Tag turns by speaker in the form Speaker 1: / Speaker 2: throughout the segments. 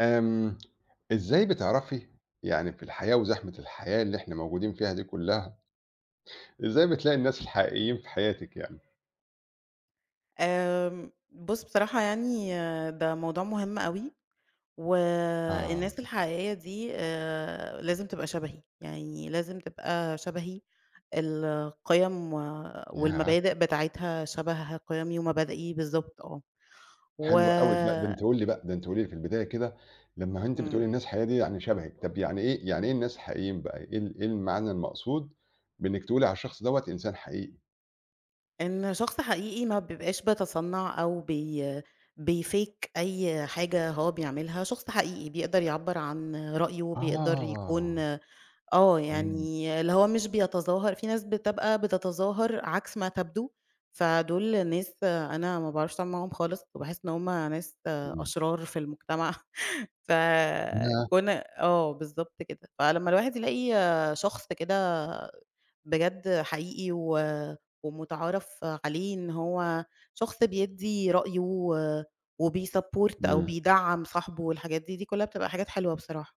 Speaker 1: آمم، إزاي بتعرفي يعني في الحياة وزحمة الحياة اللي إحنا موجودين فيها دي كلّها، إزاي بتلاقي الناس الحقيقيين في حياتِك يعني؟
Speaker 2: بُص بصراحة يعني, ده موضوع مهم أوي،
Speaker 1: آه،
Speaker 2: والناس الحقيقية دي لازم تبقى شبهي، القِيَم
Speaker 1: ياه!
Speaker 2: والمبادئ بتاعتها شبه قِيَمي ومبادئي بالضبط آه، و
Speaker 1: حلو أوي، لأ ده أنتِ قولي لي في البداية كده لمّا أنتِ بتقولي
Speaker 2: إمم،
Speaker 1: الناس الحقيقية دي يعني شبهِك، طب يعني إيه الناس الحقيقيين بقى، إيه إيه المعنى المقصود بإنِّك تقولي على الشخص دوّة إنسان حقيقي؟
Speaker 2: إن شخص حقيقي ما بيبقاش بيتصنّع أو بيfake أي حاجة هو بيعملها. شخص حقيقي بيقدر يعبّر عن رأيه، بيقدر يكون
Speaker 1: آه،
Speaker 2: آه،
Speaker 1: إمم،
Speaker 2: يعني اللي هو مش بيتظاهر. في ناس بتبقى بتتظاهر عكس ما تبدو، فدول ناس أنا ما باعرفش أتعامل معاهم خالص، وباحس إن هم ناس
Speaker 1: إمم،
Speaker 2: أشرار في المجتمع.
Speaker 1: ياه!
Speaker 2: فكون آه، بالضبط كده. فلمّا الواحد يلاقي شخص كده بجد حقيقي ومُتعارف عليه إن هو شخص بيدّي رأيه وبيsupport أو
Speaker 1: إمم.
Speaker 2: بيدعّم صاحبه والحاجات دي، دي كلّها بتبقى حاجات حلوة بصراحة.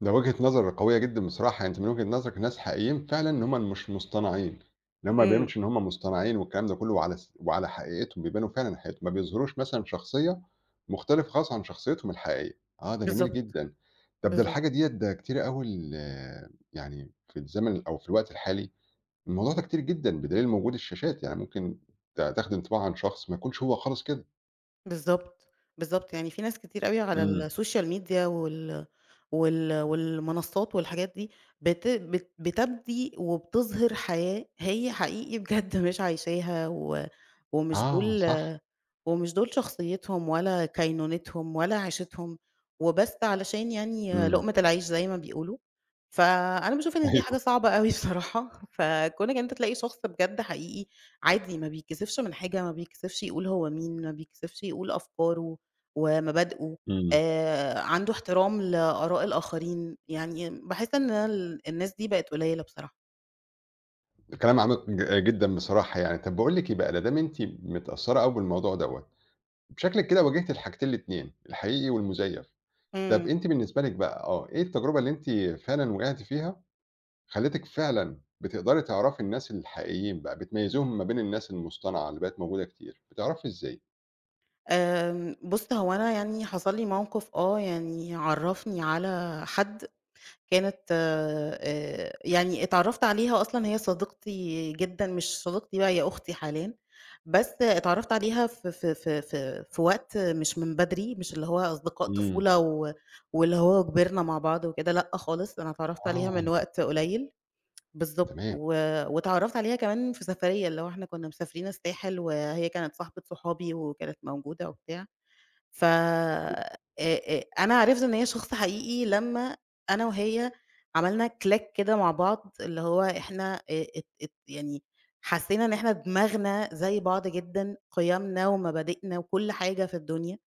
Speaker 1: ده وجهة نظر قوية جدًا بصراحة، يعني أنت من وجهة نظرك ناس حقيقيين فعلًا إن هُم مش مصطنعين، إن هُم ما
Speaker 2: إمم،
Speaker 1: بيبانش إن هُم مصطنعين والكلام ده كلّه وعلى حقيقتهم، بيبانوا فعلًا حقيقتهم، ما بيظهروش مثلًا شخصية مختلفة خالص عن شخصيتهم الحقيقية، آه ده جميل
Speaker 2: بالضبط،
Speaker 1: جدًا. طب ده
Speaker 2: بالضبط.
Speaker 1: الحاجة ديّة ده كتيرة أوي يعني في الزمن أو في الوقت الحالي، الموضوع ده كتير جدًا بدليل وجود الشاشات، يعني ممكن تاخد انطباع عن شخص ما يكونش هو خالص كده.
Speaker 2: بالضبط، بالضبط، يعني في ناس كتير أوي على
Speaker 1: إمم،
Speaker 2: السوشيال ميديا وال وال والمنصات والحاجات دي بت بت بتبدي وبتظهر حياة هي حقيقي بجد مش عايشاها و ومش
Speaker 1: آه
Speaker 2: دول
Speaker 1: صح،
Speaker 2: ومش دول شخصيتهم ولا كينونتهم ولا عيشتهم، وبس علشان يعني
Speaker 1: إمم،
Speaker 2: لقمة العيش زي ما بيقولوا. فأنا باشوف إن دي حاجة
Speaker 1: أيوه،
Speaker 2: صعبة أوي بصراحة. فكونك إن أنت تلاقي شخص بجد حقيقي، عادي ما بيتكسفش من حاجة، ما بيتكسفش يقول هو مين، ما بيتكسفش يقول أفكاره ومبادئه،
Speaker 1: إمم.
Speaker 2: عنده احترام لآراء الآخرين. يعني باحس إن الناس دي بقت قليلة بصراحة.
Speaker 1: كلام عميق جدًا بصراحة يعني. طب باقول لِك إيه بقى، لا دام أنتِ متأثّرة أوي بالموضوع دوّة، بشكلِك كده واجهتِ الحاجتين الاتنين، الحقيقي والمزيف. طب
Speaker 2: إمم.
Speaker 1: أنتِ بالنسبة لِك بقى آه، إيه التجربة اللي أنتِ فعلًا وقعتِ فيها خلّتِك فعلًا بتقدري تعرفي الناس الحقيقيين بقى، بتميّزيهم ما بين الناس المصطنعة اللي بقت موجودة كتير، بتعرفي إزاي؟
Speaker 2: بُص هو أنا يعني حصل لي موقف آه، يعني عرّفني على حد كانت يعني اتعرّفت عليها أصلًا هي صديقتي جدًا، مش صديقتي بقى هي أختي حاليًا، بس اتعرّفت عليها في وقت مش من بدري، مش اللي هو أصدقاء
Speaker 1: إمم.
Speaker 2: طفولة واللي هو كبرنا مع بعض وكده. لأ خالص، أنا اتعرّفت عليها
Speaker 1: آه،
Speaker 2: من وقت قليل بالضبط،
Speaker 1: تمام.
Speaker 2: واتعرّفت عليها كمان في سفرية، اللي هو إحنا كنا مسافرين الساحل وهي كانت صاحبة صحابي وكانت موجودة وبتاع. ف أنا عرفت إن هي شخص حقيقي لمّا أنا وهي عملنا click كده مع بعض، اللي هو إحنا ات ات يعني حسّينا إن إحنا دماغنا زي بعض جدًا، قيمنا ومبادئنا وكل حاجة في الدنيا.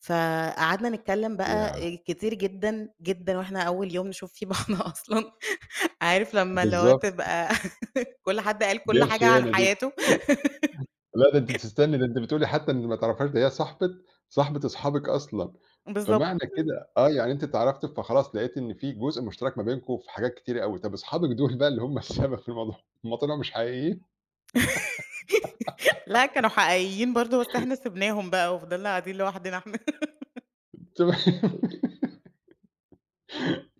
Speaker 2: فقعدنا نتكلّم بقى
Speaker 1: ياه!
Speaker 2: كتير جدًا، جدًا وإحنا أول يوم نشوف فيه بعض أصلًا، عارف لمّا اللي هو
Speaker 1: بالضبط.
Speaker 2: تبقى كل حد قال
Speaker 1: دي
Speaker 2: كل حاجة عن
Speaker 1: الخيانة دي.
Speaker 2: حياته
Speaker 1: لأ ده أنتِ تستني، ده أنتِ بتقولي حتى إن ما تعرفيهاش، ده هي صاحبة أصحابِك أصلًا.
Speaker 2: بالضبط.
Speaker 1: فمعنى كده آه، يعني أنتِ اتعرفتوا فخلاص لقيتِ إن في جزء مشترك ما بينكم في حاجات كتيرة أوي، طب أصحابك دول بقى اللي هم السبب في الموضوع هم طلعوا مش حقيقيين؟
Speaker 2: لأ، كانوا حقيقيين برضه، بس إحنا سِبناهم بقى وفضلنا قاعدين لوحدنا إحنا.
Speaker 1: تمام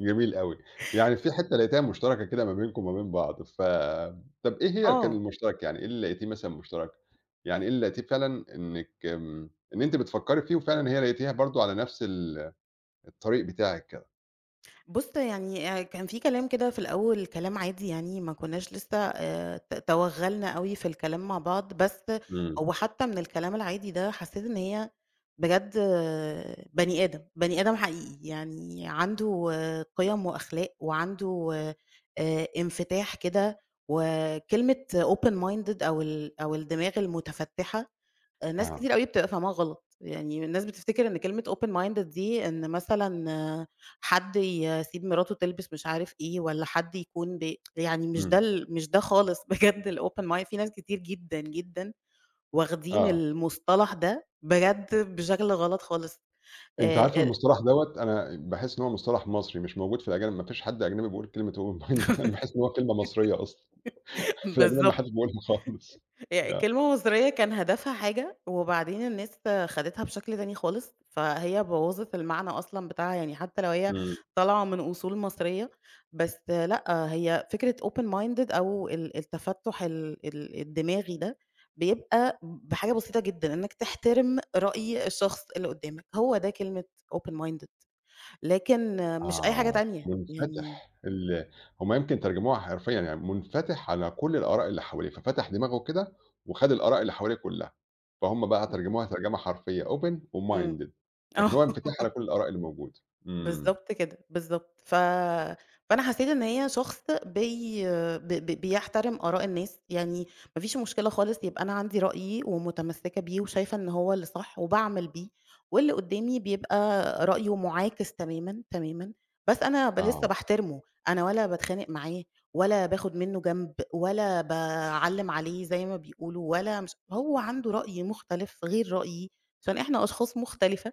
Speaker 1: جميل أوي، يعني في حتّة لقيتيها مشتركة كده ما بينكم وما بين بعض، طب إيه هي كان
Speaker 2: آه،
Speaker 1: المشترك يعني، إيه اللي لقيتيه مثلًا مشترك؟ يعني إيه اللي لقيتيه فعلًا إنِّك آمم، إن أنتِ بتفكّري فيه وفعلًا هي لقيتيها برضه على نفس الطريق بتاعِك كده؟
Speaker 2: بُص يعني كان في كلام كده في الأول، كلام عادي يعني ما كناش لسه ت توغّلنا أوي في الكلام مع بعض، بس
Speaker 1: إمم،
Speaker 2: هو حتى من الكلام العادي ده حسيت إن هي بجد آه، بني آدم، بني آدم حقيقي. يعني عنده آه، قِيَم وأخلاق وعنده انفتاح كده. وكلمة open minded أو الدماغ المُتفتِّحة، ناس
Speaker 1: آه،
Speaker 2: كتير أوي بتبقى فاهماها غلط. يعني الناس بتفتكر إن كلمة open minded دي إن مثلًا حد يسيب مراته تلبس مش عارف إيه، والّا حد يكون ب يعني مش ده
Speaker 1: إمم،
Speaker 2: ال مش ده خالص. بجد الopen mind في ناس كتير جدًا، جدًا واخدين
Speaker 1: آه،
Speaker 2: المصطلح ده بجد بشكل غلط خالص.
Speaker 1: أنتِ
Speaker 2: آآ
Speaker 1: عارفة
Speaker 2: آآ
Speaker 1: المصطلح دوّة أنا باحس إن هو مصطلح مصري مش موجود في الأجانب، ما فيش حد أجنبي بيقول كلمة open-minded أنا باحس إن هو كلمة مصرية أصلًا، في الأجانب ما حدش
Speaker 2: بالضبط.
Speaker 1: بيقولها خالص يع
Speaker 2: كلمة مصرية كان هدفها حاجة، وبعدين الناس خدتها بشكل تاني خالص، فهي بوّظت المعنى أصلًا بتاعها. يعني حتى لو هي
Speaker 1: إمم،
Speaker 2: طالعة من أصول مصرية، بس لأ، هي فكرة open minded أو ال التفتُّح ال ال الدماغي ده، بيبقى بحاجة بسيطة جدًا، إنك تحترم رأي الشخص اللي قدّامك. هو ده كلمة open minded، لكن مش أي حاجة
Speaker 1: آه،
Speaker 2: تانية. يعني
Speaker 1: منفتح هُم يمكن ترجموها حرفيًا يعني منفتح على كل الآراء اللي حواليه، ففتح دماغه كده وخد الآراء اللي حواليه كلها، فهُم بقى ترجموها ترجمة حرفية open
Speaker 2: إمم،
Speaker 1: وminded لكن هو
Speaker 2: آه.
Speaker 1: انفتاح على كل الآراء اللي موجودة، إمم،
Speaker 2: بالضبط كده، بالضبط. فأنا حسيت إن هي شخص بي ب ب بيحترم آراء الناس. يعني ما فيش مشكلة خالص يبقى أنا عندي رأيي ومتمسكة بيه وشايفة إن هو اللي صح وباعمل بيه، واللي قدّامي بيبقى رأيه معاكس تمامًا، تمامًا، بس أنا لسه
Speaker 1: آه،
Speaker 2: باحترمه. أنا ولا باتخانق معاه ولا باخد منّه جنب ولا باعلّم عليه زي ما بيقولوا، ولا مش هو عنده رأي مختلف غير رأيي، عشان إحنا أشخاص مختلفة.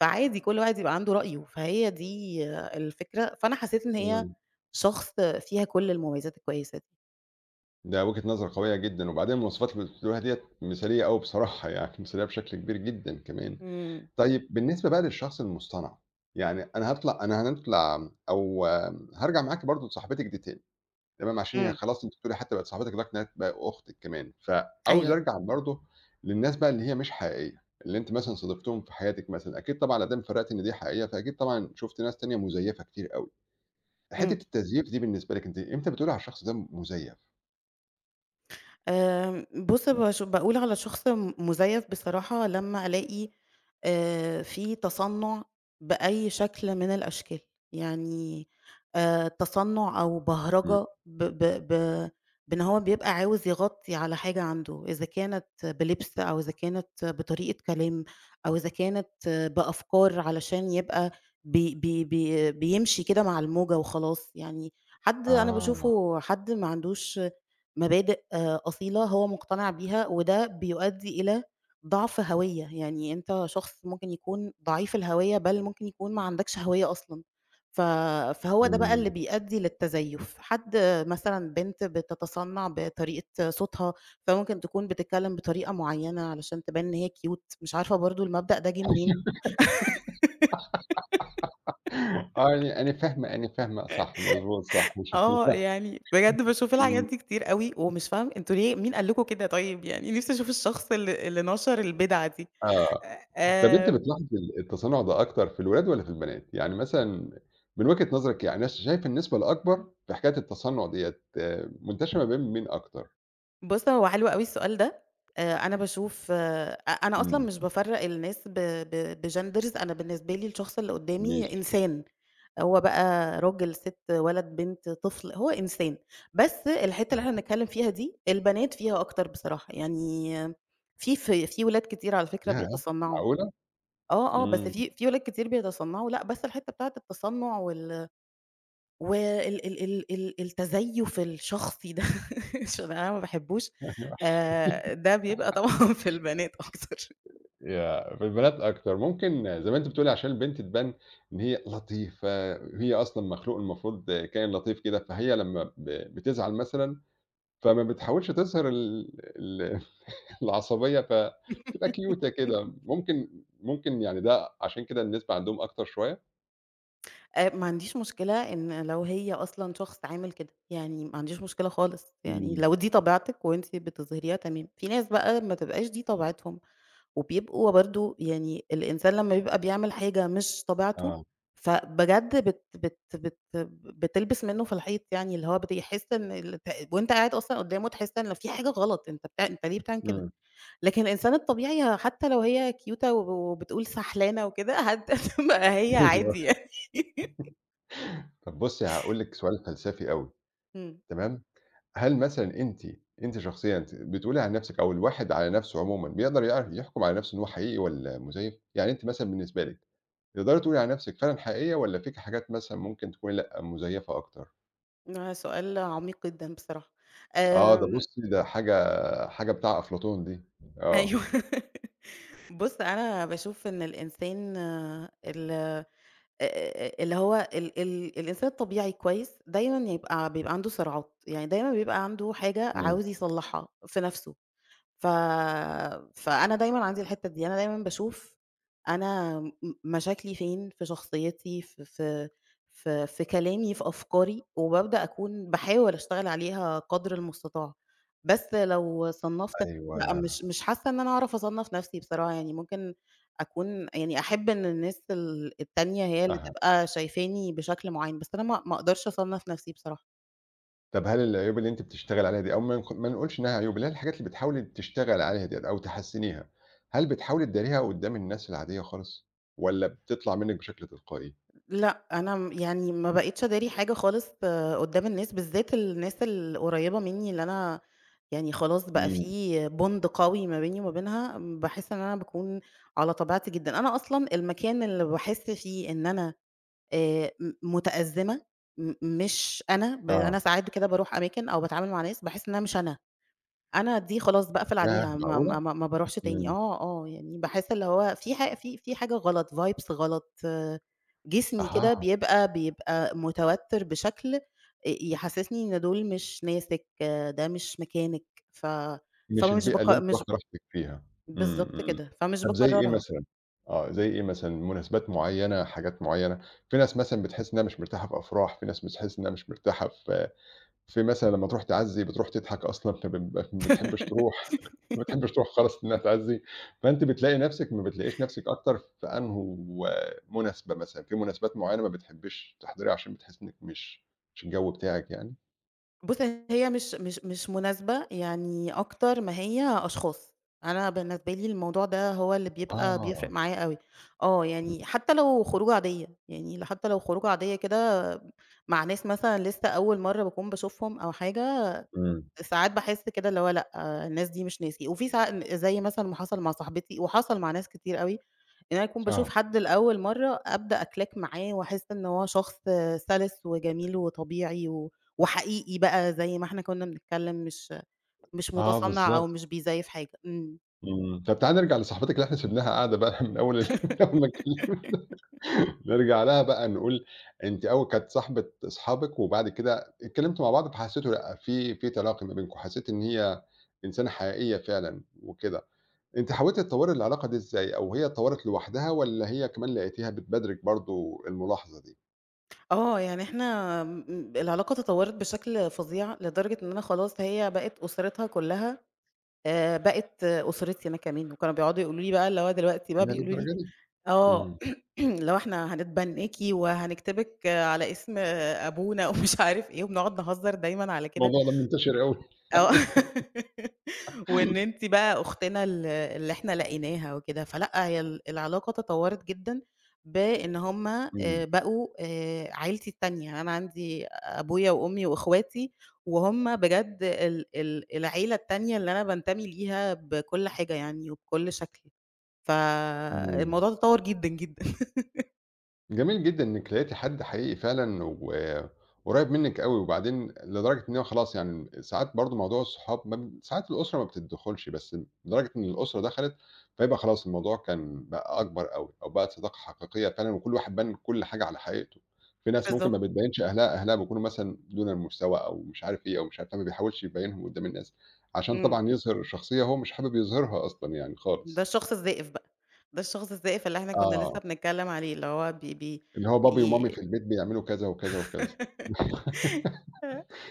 Speaker 2: فعادي كل واحد يبقى عنده رأيه، فهي دي الفكرة. فأنا حسيت إن هي
Speaker 1: إمم.
Speaker 2: شخص فيها كل المميزات الكويسة دي.
Speaker 1: ده وجهة نظر قوية جدًا، وبعدين المواصفات اللي بتقولوها ديّة مثالية أوي بصراحة يعني، مثالية بشكل كبير جدًا كمان.
Speaker 2: إمم.
Speaker 1: طيب بالنسبة بقى للشخص المصطنع، يعني أنا هاطلع أنا هنطلع أو هارجع معاكِ برضه لصاحبتِك دي تاني، تمام، عشان هي
Speaker 2: إمم،
Speaker 1: خلاص أنتِ بتقولي حتى بقت صاحبتِك لدرجة إنها بقى أختِك كمان، فعاوز
Speaker 2: أيوه،
Speaker 1: أرجع برضه للناس بقى اللي هي مش حقيقية، اللي أنتِ مثلًا صادفتيهم في حياتِك مثلًا، أكيد طبعًا لا دام فرقتِ إن دي حقيقية، فأكيد طبعًا شُفتِ ناس تانية مزيفة كتير أوي. حتة
Speaker 2: إمم.
Speaker 1: التزييف دي بالنسبة لِك أنتِ إمتى بتقولي على الشخص ده مزيف؟
Speaker 2: بُص باقول على شخص مزيف بصراحة لمّا ألاقي في تصنُّع بأي شكل من الأشكال. يعني تصنُّع أو
Speaker 1: إمم.
Speaker 2: بهرجة ب ب ب بإن هو بيبقى عاوز يغطّي على حاجة عنده، إذا كانت بلبس أو إذا كانت بطريقة كلام أو إذا كانت آه، بأفكار علشان يبقى بي بي بي بيمشي كده مع الموجة وخلاص. يعني حد أنا
Speaker 1: آه.
Speaker 2: باشوفه حد ما عندوش مبادئ أصيلة هو مقتنع بيها، وده بيؤدي إلى ضعف هوية. يعني أنت شخص ممكن يكون ضعيف الهوية، بل ممكن يكون ما عندكش هوية أصلًا. ف فهو ده بقى اللي
Speaker 1: إمم.
Speaker 2: بيؤدي للتزيُّف. حد آه، مثلًا بنت بتتصنع بطريقة صوتها، فممكن تكون بتتكلم بطريقة معينة علشان تبان إن هي cute. مش عارفة برضه المبدأ ده جِه منين.
Speaker 1: آه، يعني أنا فاهمة أنا فاهمة، صح، مضبوط، صح، صحيح.
Speaker 2: آه، يعني بجد باشوف الحاجات
Speaker 1: إمم،
Speaker 2: دي كتير أوي، ومش فاهمة أنتم ليه مين قال لكم كده طيب؟ يعني نفسي أشوف الشخص اللي نشر البِدعة دي.
Speaker 1: آه. طَب أنتِ
Speaker 2: آمم،
Speaker 1: بتلاحظي التصنُّع ده أكتر في الولاد والّا في البنات؟ يعني مثلًا من وجهة نظرِك يعني أنا شايفة النسبة الأكبر في حكاية التصنُّع ديّة منتشرة ما بين مين أكتر؟
Speaker 2: بُص هو حلو أوي السؤال ده. أنا باشوف آه، أ أنا أصلًا
Speaker 1: إمم،
Speaker 2: مش بافرّق الناس ب ب بgenders. أنا بالنسبة لي الشخص اللي قدّامي
Speaker 1: ماشي،
Speaker 2: إنسان. هو بقى راجل، ست، ولد، بنت، طفل، هو إنسان. بس الحتّة اللي
Speaker 1: آه.
Speaker 2: إحنا بنتكلّم فيها دي، البنات فيها أكتر بصراحة. يعني في ولاد كتير على فكرة
Speaker 1: ياه!
Speaker 2: بيتصنّعوا.
Speaker 1: معقولة!
Speaker 2: آه، آه، بس
Speaker 1: إمم،
Speaker 2: في ولاد كتير بيتصنّعوا لأ، بس الحتّة بتاعة التصنُّع وال وال ال ال ال التزيُّف الشخصي ده عشان أنا ما باحبوش،
Speaker 1: أيوه.
Speaker 2: ده بيبقى طبعًا في البنات أكتر.
Speaker 1: ياه! في البنات أكتر، ممكن زي ما أنتِ بتقولي عشان البنت تبان إن هي لطيفة، هي أصلًا مخلوق المفروض كائن لطيف كده، فهي لمّا بتزعل مثلًا فما بتحاولش تظهر ال ال العصبية فبتبقى كيوتة كده، ممكن يعني ده عشان كده النسبة عندهم أكتر شوية؟
Speaker 2: ما عنديش مشكلة إن لو هي أصلًا شخص عامل كده، يعني ما عنديش مشكلة خالص. يعني
Speaker 1: إمم،
Speaker 2: لو دي طبيعتِك وأنتِ بتظهريها تمام، في ناس بقى ما تبقاش دي طبيعتهم. وبيبقوا برضه، يعني الإنسان لمّا بيبقى بيعمل حاجة مش طبيعته،
Speaker 1: آه،
Speaker 2: فبجد بت بت بت بتلبس منه في الحيط. يعني اللي هو بيحس إن ال ت وأنت قاعد أصلًا قدامه تحس إن في حاجة غلط. أنت ليه بتعمل كده؟
Speaker 1: إمم،
Speaker 2: لكن الإنسان الطبيعي حتى لو هي كيوتة وبتقول سحلانة وكده هتبقى هي
Speaker 1: أيوه.
Speaker 2: عادي يعني.
Speaker 1: طب بُصّي هاقول لِك سؤال فلسفي أوي،
Speaker 2: إمم،
Speaker 1: تمام، هل مثلًا أنتِ شخصيًا بتقولي عن نفسِك أو الواحد على نفسه عمومًا بيقدر يعرف يحكم على نفسه إن هو حقيقي والّا مزيف؟ يعني أنتِ مثلًا بالنسبة لِك تقدري تقولي عن نفسِك فعلًا حقيقية والّا فيكِ حاجات مثلًا ممكن تكوني لأ مزيفة أكتر؟
Speaker 2: ده سؤال عميق جدًا بصراحة.
Speaker 1: آه، ده
Speaker 2: آمم،
Speaker 1: بُصّي ده حاجة بتاع أفلاطون دي، آه.
Speaker 2: أيوه. بُص أنا باشوف إن الإنسان آه، ال اللي هو ال ال الإنسان الطبيعي كويس، دايمًا يبقى عنده صراعات. يعني دايمًا بيبقى عنده حاجة
Speaker 1: إمم،
Speaker 2: عاوز يصلّحها في نَفْسه. ف فأنا دايمًا عندي الحتّة دي. أنا دايمًا باشوف أنا م مشاكلي فين في شخصيتي، في في كلامي، في أفكاري، وبابدأ أكون باحاول أشتغل عليها قدر المستطاع. بس لو صنّفت، لأ،
Speaker 1: أيوه،
Speaker 2: مش حاسة إن أنا أعرف أصنّف نَفْسي بصراحة. يعني ممكن أكون يعني أحب إن الناس التانية هي اللي
Speaker 1: أها.
Speaker 2: تبقى شايفاني بشكل معيّن، بس أنا ما أقدرش أصنّف نَفْسي بصراحة.
Speaker 1: طَب هل العيوب اللي أنتِ بتشتغلي عليها دي أو ما نقولش إنها عيوب، اللي هي الحاجات اللي بتحاولي تشتغلي عليها ديّة أو تحسّنيها، هل بتحاولي تداريها قدّام الناس العادية خالص والّا بتطلع منِّك بشكل تلقائي؟
Speaker 2: لأ، أنا م يعني ما بقيتش أداري حاجة خالص قدّام الناس، بالذات الناس القريّبة منّي اللي أنا يعني خلاص بقى
Speaker 1: إمم،
Speaker 2: في bond قوي ما بيني وما بينها. باحس إن أنا باكون على طبيعتي جدًا. أنا أصلًا المكان اللي باحس فيه إن أنا م متأزمة، مش أنا.
Speaker 1: آه،
Speaker 2: أنا ساعات كده باروح أماكن أو باتعامل مع ناس باحس إن أنا مش أنا. أنا دي خلاص باقفل
Speaker 1: ياه!
Speaker 2: عليها، ما ما
Speaker 1: معقولة!
Speaker 2: ما ما باروحش تاني.
Speaker 1: إمم،
Speaker 2: آه، آه، يعني باحس اللي هو في ح في في حاجة غلط، vibes غلط. جسمي كده
Speaker 1: أها،
Speaker 2: بيبقى متوتر بشكل يحسسني إن دول مش ناسِك، ده مش مكانِك. ف
Speaker 1: مش
Speaker 2: فمش
Speaker 1: البيئة اللي
Speaker 2: باق
Speaker 1: أنتِ
Speaker 2: مش
Speaker 1: واخدة راحتِك فيها، إمم،
Speaker 2: بالضبط
Speaker 1: إمم.
Speaker 2: كده، فمش
Speaker 1: طَب زي إيه
Speaker 2: باكررها.
Speaker 1: مثلًا؟ آه، زي إيه مثلًا، مناسبات معيّنة، حاجات معيّنة؟ في ناس مثلًا بتحس إنها مش مرتاحة في أفراح، في ناس بتحس إنها مش مرتاحة في مثلًا لمّا تروح تعزّي بتروح تضحك أصلًا، فبيبقى ما بتحبش تروح خالص إنها تعزّي، فأنتِ بتلاقي نَفْسِك ما بتلاقيش نَفْسِك أكتر في أنهو مناسبة مثلًا، في مناسبات معيّنة ما بتحبيش تحضريها عشان بتحسّي إنِّك مش الجَو بتاعِك يعني؟
Speaker 2: بُص، هي مش مناسبة، يعني أكتر ما هي أشخاص. أنا بالنسبة لي الموضوع ده هو اللي بيبقى بيفرق
Speaker 1: آه،
Speaker 2: معايا أوي. آه،
Speaker 1: إمم،
Speaker 2: يعني حتى لو خروجة عادية. يعني حتى لو خروجة عادية كده مع ناس مثلًا لسه أول مرّة باكون باشوفهم أو حاجة،
Speaker 1: إمم،
Speaker 2: ساعات باحس كده اللي هو لأ، الناس دي مش ناسي. وفي ساع زي مثلًا ما حصل مع صاحبتي وحصل مع ناس كتير أوي، إن أنا أكون باشوف
Speaker 1: آه،
Speaker 2: حد لأول مرّة أبدأ أclick معاه وأحس إن هو شخص سَلِس وجميل وطبيعي وحقيقي بقى زي ما إحنا كنا بنتكلّم، مش
Speaker 1: آه
Speaker 2: مُتصنّع أو
Speaker 1: بالضبط،
Speaker 2: مش بيزيّف حاجة. إمم.
Speaker 1: إمم، طَب تعالي نرجع لصاحبتِك اللي إحنا سِبناها قاعدة بقى من أول ال من أول ما اتكل نرجع لها بقى نقول أنتِ أول كانت صاحبة أصحابِك وبعد كده اتكلمتوا مع بعض فحسيتوا لأ، في تلاقي ما بينكم، حسيتِ إن هي إنسانة حقيقية فعلًا وكده، أنتِ حاولتِ تطوّري العلاقة دي إزاي أو هي اتطوّرت لوحدها والّا هي كمان لقيتيها بتبادرِك برضه الملاحظة دي؟
Speaker 2: آه، يعني إحنا م العلاقة تطوّرت بشكل فظيع لدرجة إن أنا خلاص هي بقت أسرتها كُلّها بقت أسرتي أنا كمان. وكانوا بيقعدوا يقولوا لي بقى اللي هو دلوقتي بقى
Speaker 1: ياه
Speaker 2: بيقولوا لي
Speaker 1: للدرجة دي!
Speaker 2: آه،
Speaker 1: إمم.
Speaker 2: اللي هو إحنا هنتبنّاكِ وهنكتبِك على اسم أبونا ومش عارف إيه، وبنقعد نهزّر دايمًا على كده
Speaker 1: الموضوع ده منتشر أوي.
Speaker 2: آه.
Speaker 1: أيوه.
Speaker 2: وإن أنتِ بقى أختنا اللي إحنا لقيناها وكده. فلأ هي العلاقة تطوّرت جدًا بإن هُم
Speaker 1: إمم،
Speaker 2: آآ بقوا عيلتي التانية. يعني أنا عندي أبويا وأمي وإخواتي وهُم بجد ال ال العيلة التانية اللي أنا بانتمي ليها بكل حاجة يعني وبكل شكل.
Speaker 1: إمم.
Speaker 2: فالموضوع تطوّر جدًا، جدًا.
Speaker 1: جميل جدًا إنِّك لقيتِ حد حقيقي فعلًا وقريّب منِّك أوي، وبعدين لدرجة إن هو خلاص يعني ساعات برضه موضوع الصحاب ما ب ساعات الأسرة ما بتدخُلش، بس لدرجة إن الأسرة دخلت فيبقى خلاص الموضوع كان بقى أكبر أوي، أو بقت صداقة حقيقية فعلًا وكل واحد بان كل حاجة على حقيقته. في ناس ممكن ما
Speaker 2: بالضبط.
Speaker 1: بتبيّنش أهلها، أهلها بيكونوا مثلًا دون المستوى أو مش عارف إيه أو مش عارف فما بيحاولش يبيّنهم قدّام الناس، عشان
Speaker 2: إمم،
Speaker 1: طبعًا يظهر شخصية هو مش حابب يظهرها أصلًا يعني
Speaker 2: ده
Speaker 1: خالص.
Speaker 2: الشخص الزائف بقى. ده الشخص الزائف اللي إحنا كنا
Speaker 1: آه،
Speaker 2: لسه بنتكلم عليه، اللي هو بي بي
Speaker 1: اللي هو بابي
Speaker 2: بي
Speaker 1: ومامي في البيت بيعملوا كذا وكذا وكذا.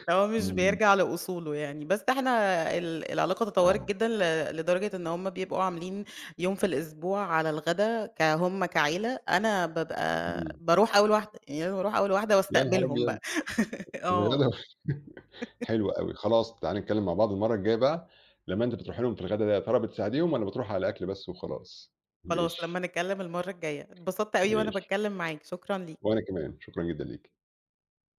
Speaker 2: اللي هو مش
Speaker 1: إمم،
Speaker 2: بيرجع لأصوله يعني. بس إحنا العلاقة تطورت
Speaker 1: آه،
Speaker 2: جدًا لدرجة إن هُم بيبقوا عاملين يوم في الأسبوع على الغدا هُم كعيلة، أنا بابقى
Speaker 1: إمم،
Speaker 2: باروح أول واحدة. يعني أنا باروح أول واحدة
Speaker 1: يا نهار
Speaker 2: واستقبلهم
Speaker 1: أبيض!
Speaker 2: بقى.
Speaker 1: في
Speaker 2: آه،
Speaker 1: الغدا حلو أوي، خلاص تعالي نتكلم مع بعض المرّة الجاية بقى، لمّا أنتِ بتروحي لهم في الغدا ده يا ترى بتساعديهم والّا بتروحي على أكل بس وخلاص؟
Speaker 2: خلاص لمّا
Speaker 1: ماشي،
Speaker 2: نتكلم المرة الجاية. اتبسطت أوي وأنا
Speaker 1: ماشي،
Speaker 2: باتكلم معاك، شكرًا ليك.
Speaker 1: وأنا كمان، شكرًا جدًا ليكِ.